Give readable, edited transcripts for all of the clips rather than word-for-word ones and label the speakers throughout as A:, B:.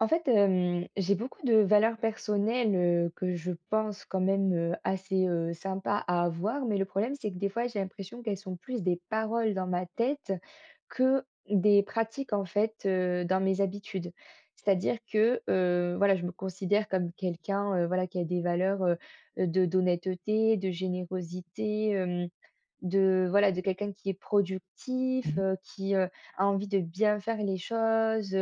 A: En fait, j'ai beaucoup de valeurs personnelles, que je pense quand même, assez, sympas à avoir, mais le problème, c'est que des fois, j'ai l'impression qu'elles sont plus des paroles dans ma tête que des pratiques, en fait, dans mes habitudes. C'est-à-dire que, voilà, je me considère comme quelqu'un, voilà, qui a des valeurs, de d'honnêteté, de générosité, de voilà, de quelqu'un qui est
B: Mmh
A: productif,
B: mh.
A: qui, a envie de bien faire les choses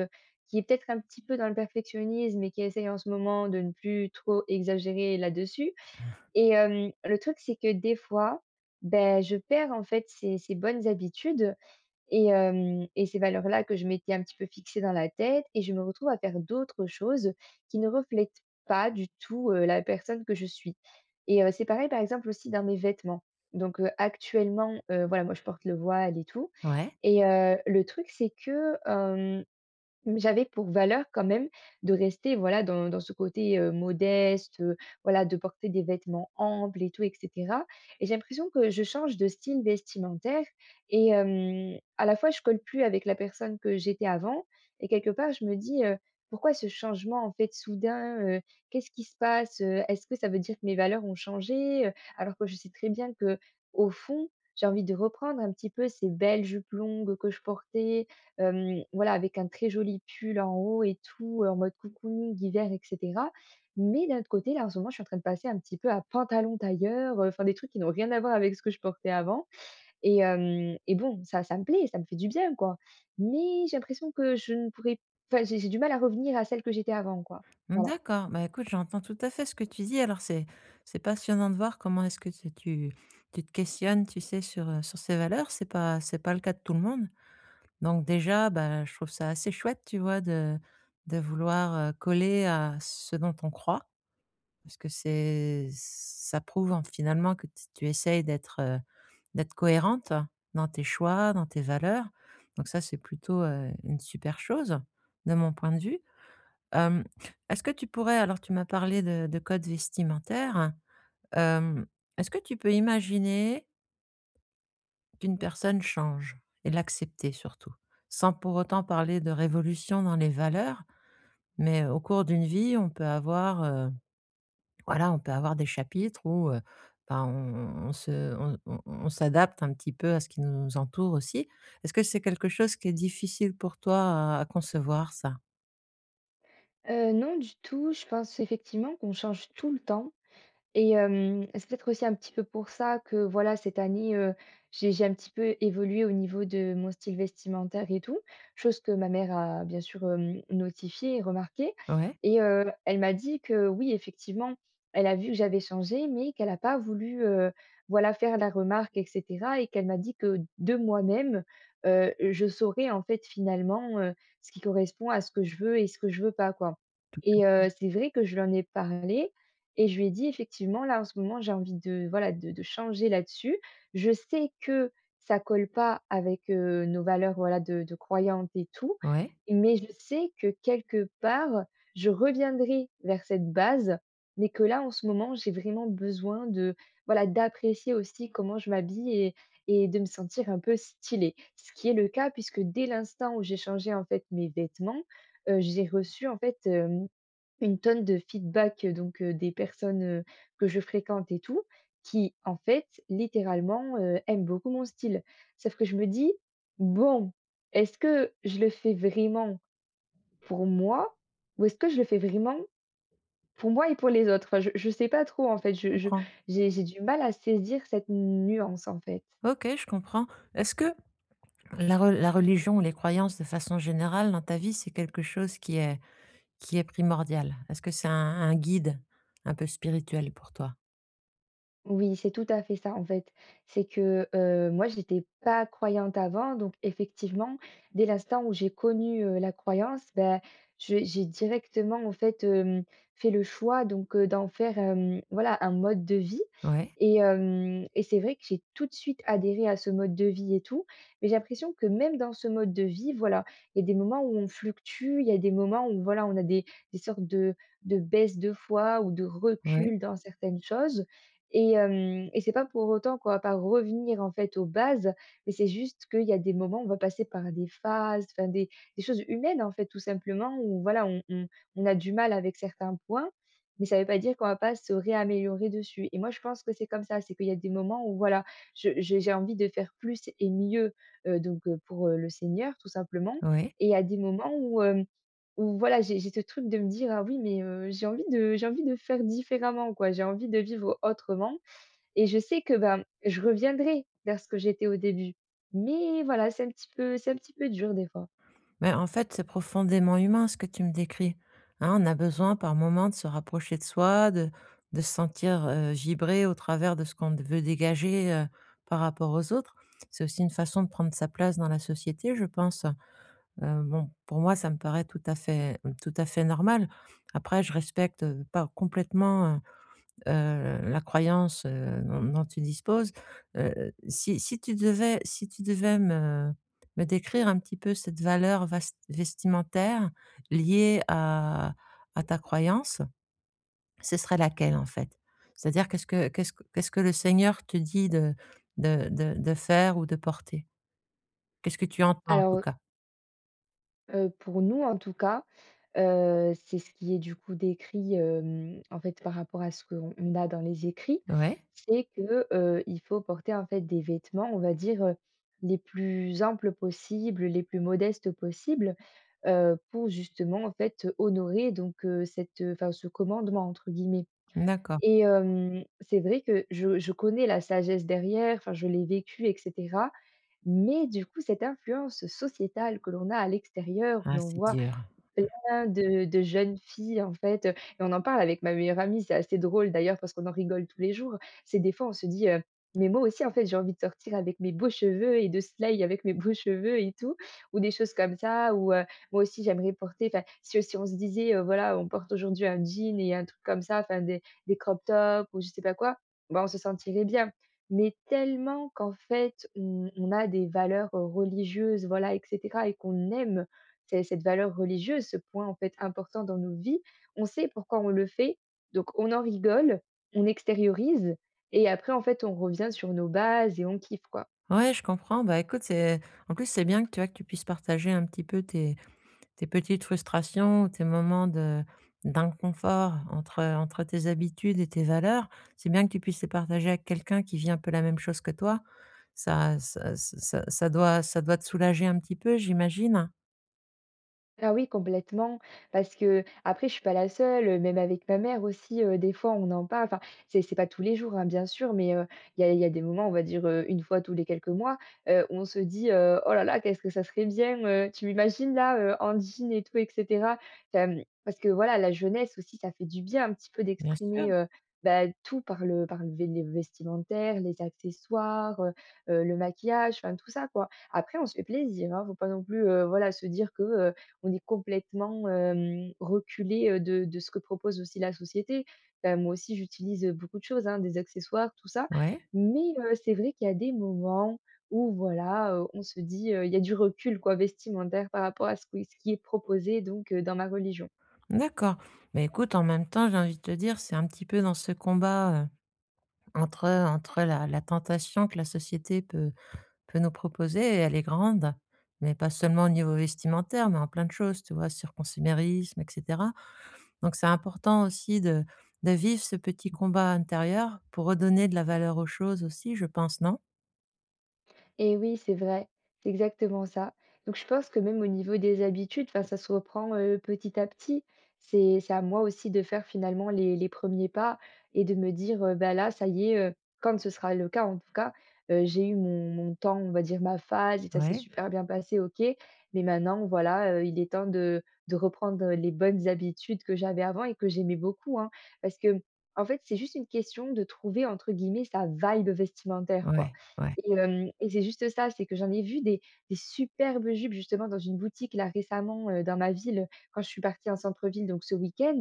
A: qui est peut-être un petit peu dans le perfectionnisme et qui essaye en ce moment de ne plus trop exagérer là-dessus et le truc, c'est que des fois, ben, je perds en fait ces bonnes habitudes et ces valeurs-là que je m'étais un petit peu fixées dans la tête et je me retrouve à faire d'autres choses qui ne reflètent pas du tout, la personne que je suis et c'est pareil, par exemple, aussi dans mes vêtements. Donc actuellement, voilà, moi, je porte le voile et tout
B: Ouais.
A: et le truc, c'est que, j'avais pour valeur quand même de rester, voilà, dans ce côté, modeste, voilà, de porter des vêtements amples et tout et cetera et j'ai l'impression que je change de style vestimentaire et à la fois, je colle plus avec la personne que j'étais avant et quelque part, je me dis: «Pourquoi ce changement, en fait, soudain? Qu'est-ce qui se passe? Est-ce que ça veut dire que mes valeurs ont changé?» Alors que je sais très bien que au fond, j'ai envie de reprendre un petit peu ces belles jupes longues que je portais, voilà, avec un très joli pull en haut et tout, en mode cocooning d'hiver et cetera. Mais d'un autre côté, là, en ce moment, je suis en train de passer un petit peu à pantalon tailleur, enfin des trucs qui n'ont rien à voir avec ce que je portais avant et bon, ça me plaît, ça me fait du bien, quoi. Mais j'ai l'impression que je ne pourrais enfin, j'ai du mal à revenir à celle que j'étais avant, quoi.
B: Mmh,
A: Voilà.
B: d'accord. Bah, écoute, j'entends tout à fait ce que tu dis. Alors c'est passionnant de voir comment est-ce que tu te questionnes, tu sais, sur, sur ces valeurs. C'est pas le cas de tout le monde. Donc déjà, bah, je trouve ça assez chouette, tu vois, de vouloir, coller à ce dont on croit. Parce que c'est ça prouve en finalement que t tu essayes d'être, d'être cohérente dans tes choix, dans tes valeurs. Donc ça, c'est plutôt, une super chose de mon point de vue. Hem, Est-ce que tu pourrais, alors tu m'as parlé de codes vestimentaires, hem, est-ce que tu peux imaginer qu'une personne change et l'accepter surtout? Sans pour autant parler de révolution dans les valeurs, mais au cours d'une vie, on peut avoir, voilà, on peut avoir des chapitres où, ben, on se on s'adapte un petit peu à ce qui nous entoure aussi. Est-ce que c'est quelque chose qui est difficile pour toi à concevoir ça?
A: Non du tout, je pense effectivement qu'on change tout le temps. Et c'est peut-être aussi un petit peu pour ça que voilà, cette année, j'ai un petit peu évolué au niveau de mon style vestimentaire et tout, chose que ma mère a bien sûr, notifiée et remarquée
B: Ouais,
A: et elle m'a dit que oui, effectivement, elle a vu que j'avais changé, mais qu'elle a pas voulu, voilà, faire la remarque et cetera et qu'elle m'a dit que de moi-même, je saurais en fait finalement, ce qui correspond à ce que je veux et ce que je veux pas, quoi et c'est vrai que je lui en ai parlé et je lui ai dit: «Effectivement, là, en ce moment, j'ai envie de voilà, de changer là-dessus. Je sais que ça colle pas avec, nos valeurs, voilà, de croyantes et tout,
B: ouais,
A: mais je sais que quelque part, je reviendrai vers cette base, mais que là, en ce moment, j'ai vraiment besoin de voilà, d'apprécier aussi comment je m'habille et de me sentir un peu stylée». Ce qui est le cas puisque dès l'instant où j'ai changé, en fait, mes vêtements, j'ai reçu, en fait, une tonne de feedback, des personnes, que je fréquente et tout, qui en fait, littéralement, aiment beaucoup mon style. Sauf que je me dis: «Bon, est-ce que je le fais vraiment pour moi ou est-ce que je le fais vraiment pour moi et pour les autres?» enfin, je sais pas trop en fait,
B: je
A: je
B: comprends.
A: j'ai du mal à saisir cette nuance en fait.
B: OK, je comprends. Est-ce que la religion ou les croyances de façon générale dans ta vie, c'est quelque chose qui est primordial? Est-ce que c'est un guide un peu spirituel pour toi?
A: Oui, c'est tout à fait ça en fait. C'est que, moi j'étais pas croyante avant donc effectivement, dès l'instant où j'ai connu, la croyance, ben, je j'ai directement en fait, fait le choix donc, d'en faire, voilà un mode de vie
B: Ouais,
A: et c'est vrai que j'ai tout de suite adhéré à ce mode de vie et tout, mais j'ai l'impression que même dans ce mode de vie, voilà, il y a des moments où on fluctue, il y a des moments où voilà, on a des sortes de baisse de foi ou de
B: ouais,
A: recul dans certaines choses et c'est pas pour autant qu'on va pas revenir, en fait, aux bases, mais c'est juste qu'il y a des moments où on va passer par des phases, enfin des choses humaines, en fait, tout simplement, où voilà, on a du mal avec certains points, mais ça veut pas dire qu'on va pas se réaméliorer dessus et moi, je pense que c'est comme ça, c'est qu'il y a des moments où voilà, je j'ai envie de faire plus et mieux, pour, le Seigneur, tout simplement
B: ouais.
A: et il y a des moments où voilà, j'ai ce truc de me dire: «Ah oui, mais j'ai envie de faire différemment, quoi, j'ai envie de vivre autrement». Et je sais que, ben, je reviendrai vers ce que j'étais au début. Mais voilà, c'est un petit peu dur des fois.
B: Mais en fait, c'est profondément humain ce que tu me décris, hein. On a besoin par moment de se rapprocher de soi, de se sentir, vibrer au travers de ce qu'on veut dégager, par rapport aux autres. C'est aussi une façon de prendre sa place dans la société, je pense. Bon, pour moi, ça me paraît tout à fait normal. Après, je respecte, pas complètement, la croyance, dont tu disposes, si tu devais, me décrire un petit peu cette valeur vast vestimentaire liée à ta croyance, ce serait laquelle en fait? C'est-à-dire qu'est-ce que qu'est-ce que le Seigneur te dit de faire ou de porter? Qu'est-ce que tu entends en tout
A: Alors,
B: cas?
A: pour nous en tout cas, c'est ce qui est du coup décrit, en fait par rapport à ce qu'on on a dans les écrits,
B: Ouais?
A: c'est que, il faut porter en fait des vêtements, on va dire, les plus amples possibles, les plus modestes possibles, pour justement en fait, honorer donc, cette, enfin ce «commandement» entre guillemets.
B: D'accord.
A: Et c'est vrai que je connais la sagesse derrière, enfin, je l'ai vécue, et cetera. Mais du coup, cette influence sociétale que l'on a à l'extérieur, où
B: Ah
A: l'on
B: c'est
A: voit
B: dur.
A: plein de jeunes filles, en fait, et on en parle avec ma meilleure amie, c'est assez drôle d'ailleurs parce qu'on en rigole tous les jours. C'est des fois on se dit: «Mais moi aussi en fait j'ai envie de sortir avec mes beaux cheveux et de slay avec mes beaux cheveux et tout» ou des choses comme ça ou: «Moi aussi j'aimerais porter» enfin, si on se disait, voilà, on porte aujourd'hui un jean et un truc comme ça, enfin des crop tops ou je sais pas quoi, bah, on se sentirait bien. Mais tellement qu'en fait on a des valeurs, religieuses, voilà et cetera et qu'on aime c'est cette valeur religieuse, ce point en fait important dans nos vies. On sait pourquoi on le fait, donc on en rigole, on extériorise et après en fait on revient sur nos bases et on kiffe quoi.
B: Ouais, je comprends. Bah écoute, c'est en plus c'est bien que tu vois que tu puisses partager un petit peu tes tes petites frustrations, tes moments de d'inconfort entre, entre tes habitudes et tes valeurs, c'est bien que tu puisses les partager avec quelqu'un qui vit un peu la même chose que toi. Ça ça ç ça ça doit te soulager un petit peu, j'imagine?
A: Ah oui, complètement, parce que après je suis pas la seule, même avec ma mère aussi, des fois on en parle, enfin c'est pas tous les jours, hein, bien sûr, mais il y a des moments, on va dire, une fois tous les quelques mois, on se dit: «Oh là là, qu'est-ce que ça serait bien, tu m'imagines là, en jean et tout?» et cetera. Parce que voilà, la jeunesse aussi, ça fait du bien un petit peu
B: Bien sûr.
A: d'exprimer, bah, tout par le vestimentaire, les accessoires, le maquillage, enfin tout ça quoi. Après on se fait plaisir, hein, faut pas non plus, voilà, se dire que, on est complètement, reculé, de ce que propose aussi la société. Enfin, moi aussi, j'utilise, beaucoup de choses, hein, des accessoires, tout ça.
B: Ouais,
A: Mais c'est vrai qu'il y a des moments où voilà, on se dit, il y a du recul quoi, vestimentaire par rapport à ce qui est proposé donc dans ma religion.
B: d'accord. Mais écoute, en même temps, j'ai envie de te dire, c'est un petit peu dans ce combat, entre, entre la tentation que la société peut nous proposer, et elle est grande, mais pas seulement au niveau vestimentaire, mais en plein de choses, tu vois? Sur consumérisme et cetera. Donc c'est important aussi de vivre ce petit combat intérieur pour redonner de la valeur aux choses aussi, je pense, non?
A: Et oui, c'est vrai, c'est exactement ça. Donc je pense que même au niveau des habitudes, enfin, ça se reprend petit à petit. C'est à moi aussi de faire finalement les premiers pas et de me dire, bah là, ça y est, quand ce sera le cas en tout cas, j'ai eu mon temps, on va dire ma phase, et ça s'est
B: Ouais.
A: super bien passé, ok. Mais maintenant, voilà, il est temps de reprendre les bonnes habitudes que j'avais avant et que j'aimais beaucoup, hein, parce que, en fait, c'est juste une question de trouver, entre guillemets, sa vibe vestimentaire, quoi.
B: Ouais, ouais.
A: Et c'est juste ça, c'est que j'en ai vu des superbes jupes justement dans une boutique là récemment, dans ma ville, quand je suis partie en centre-ville donc ce week-end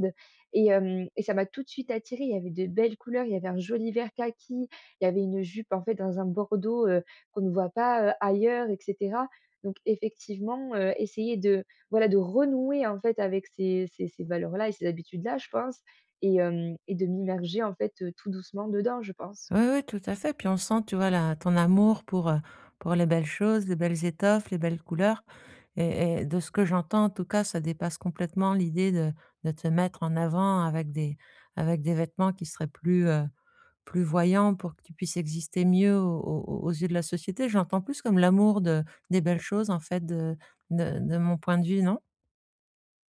A: et ça m'a tout de suite attirée. Il y avait de belles couleurs, il y avait un joli vert kaki, il y avait une jupe en fait dans un bordeaux, qu'on ne voit pas, ailleurs et cetera. Donc effectivement, essayer de voilà, de renouer en fait avec ces valeurs-là et ces habitudes-là, je pense et de m'immerger en fait, tout doucement dedans, je pense.
B: Oui, oui, tout à fait. Puis on sent, tu vois, la ton amour pour les belles choses, les belles étoffes, les belles couleurs, et de ce que j'entends, en tout cas, ça dépasse complètement l'idée de te mettre en avant avec des, avec des vêtements qui seraient plus, plus voyant, pour que tu puisses exister mieux aux aux yeux de la société. Je l'entends plus comme l'amour de des belles choses, en fait, de de mon point de vue, non?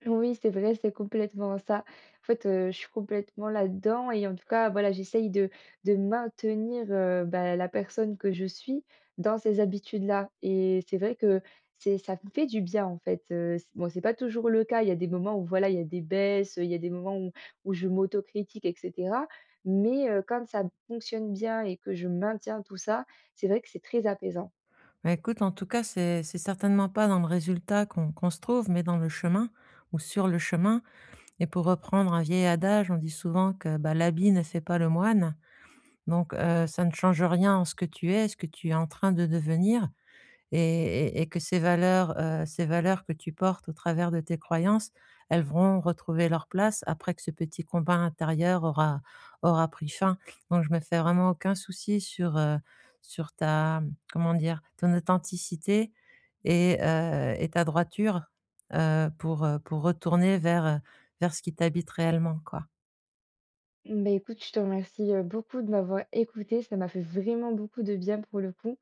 A: Oui, c'est vrai, c'est complètement ça. En fait, je suis complètement là-dedans et en tout cas, voilà, j'essaye de maintenir, bah, la personne que je suis dans ces habitudes-là et c'est vrai que c'est ça me fait du bien, en fait, c bon, c'est pas toujours le cas. Il y a des moments où, voilà, il y a des baisses, il y a des moments où je m'autocritique et cetera, mais quand ça fonctionne bien et que je maintiens tout ça, c'est vrai que c'est très apaisant.
B: Bah, écoute, en tout cas, c'est certainement pas dans le résultat qu'on se trouve, mais dans le chemin, ou sur le chemin, et pour reprendre un vieil adage, on dit souvent que, bah, l'habit ne fait pas le moine, donc ça ne change rien en ce que tu es, ce que tu es en train de devenir, et que ces valeurs que tu portes au travers de tes croyances, elles vont retrouver leur place après que ce petit combat intérieur aura pris fin. Donc je me fais vraiment aucun souci sur, sur ta, comment dire? Ton authenticité, et ta droiture, pour retourner vers, vers ce qui t'habite réellement, quoi.
A: Beh, écoute, je te remercie, beaucoup de m'avoir écouté. Ça m'a fait vraiment beaucoup de bien pour le coup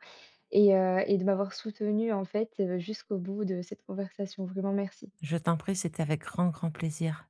A: et de m'avoir soutenue en fait, jusqu'au bout de cette conversation. Vraiment merci.
B: Je t'en prie, c'était avec grand, grand plaisir.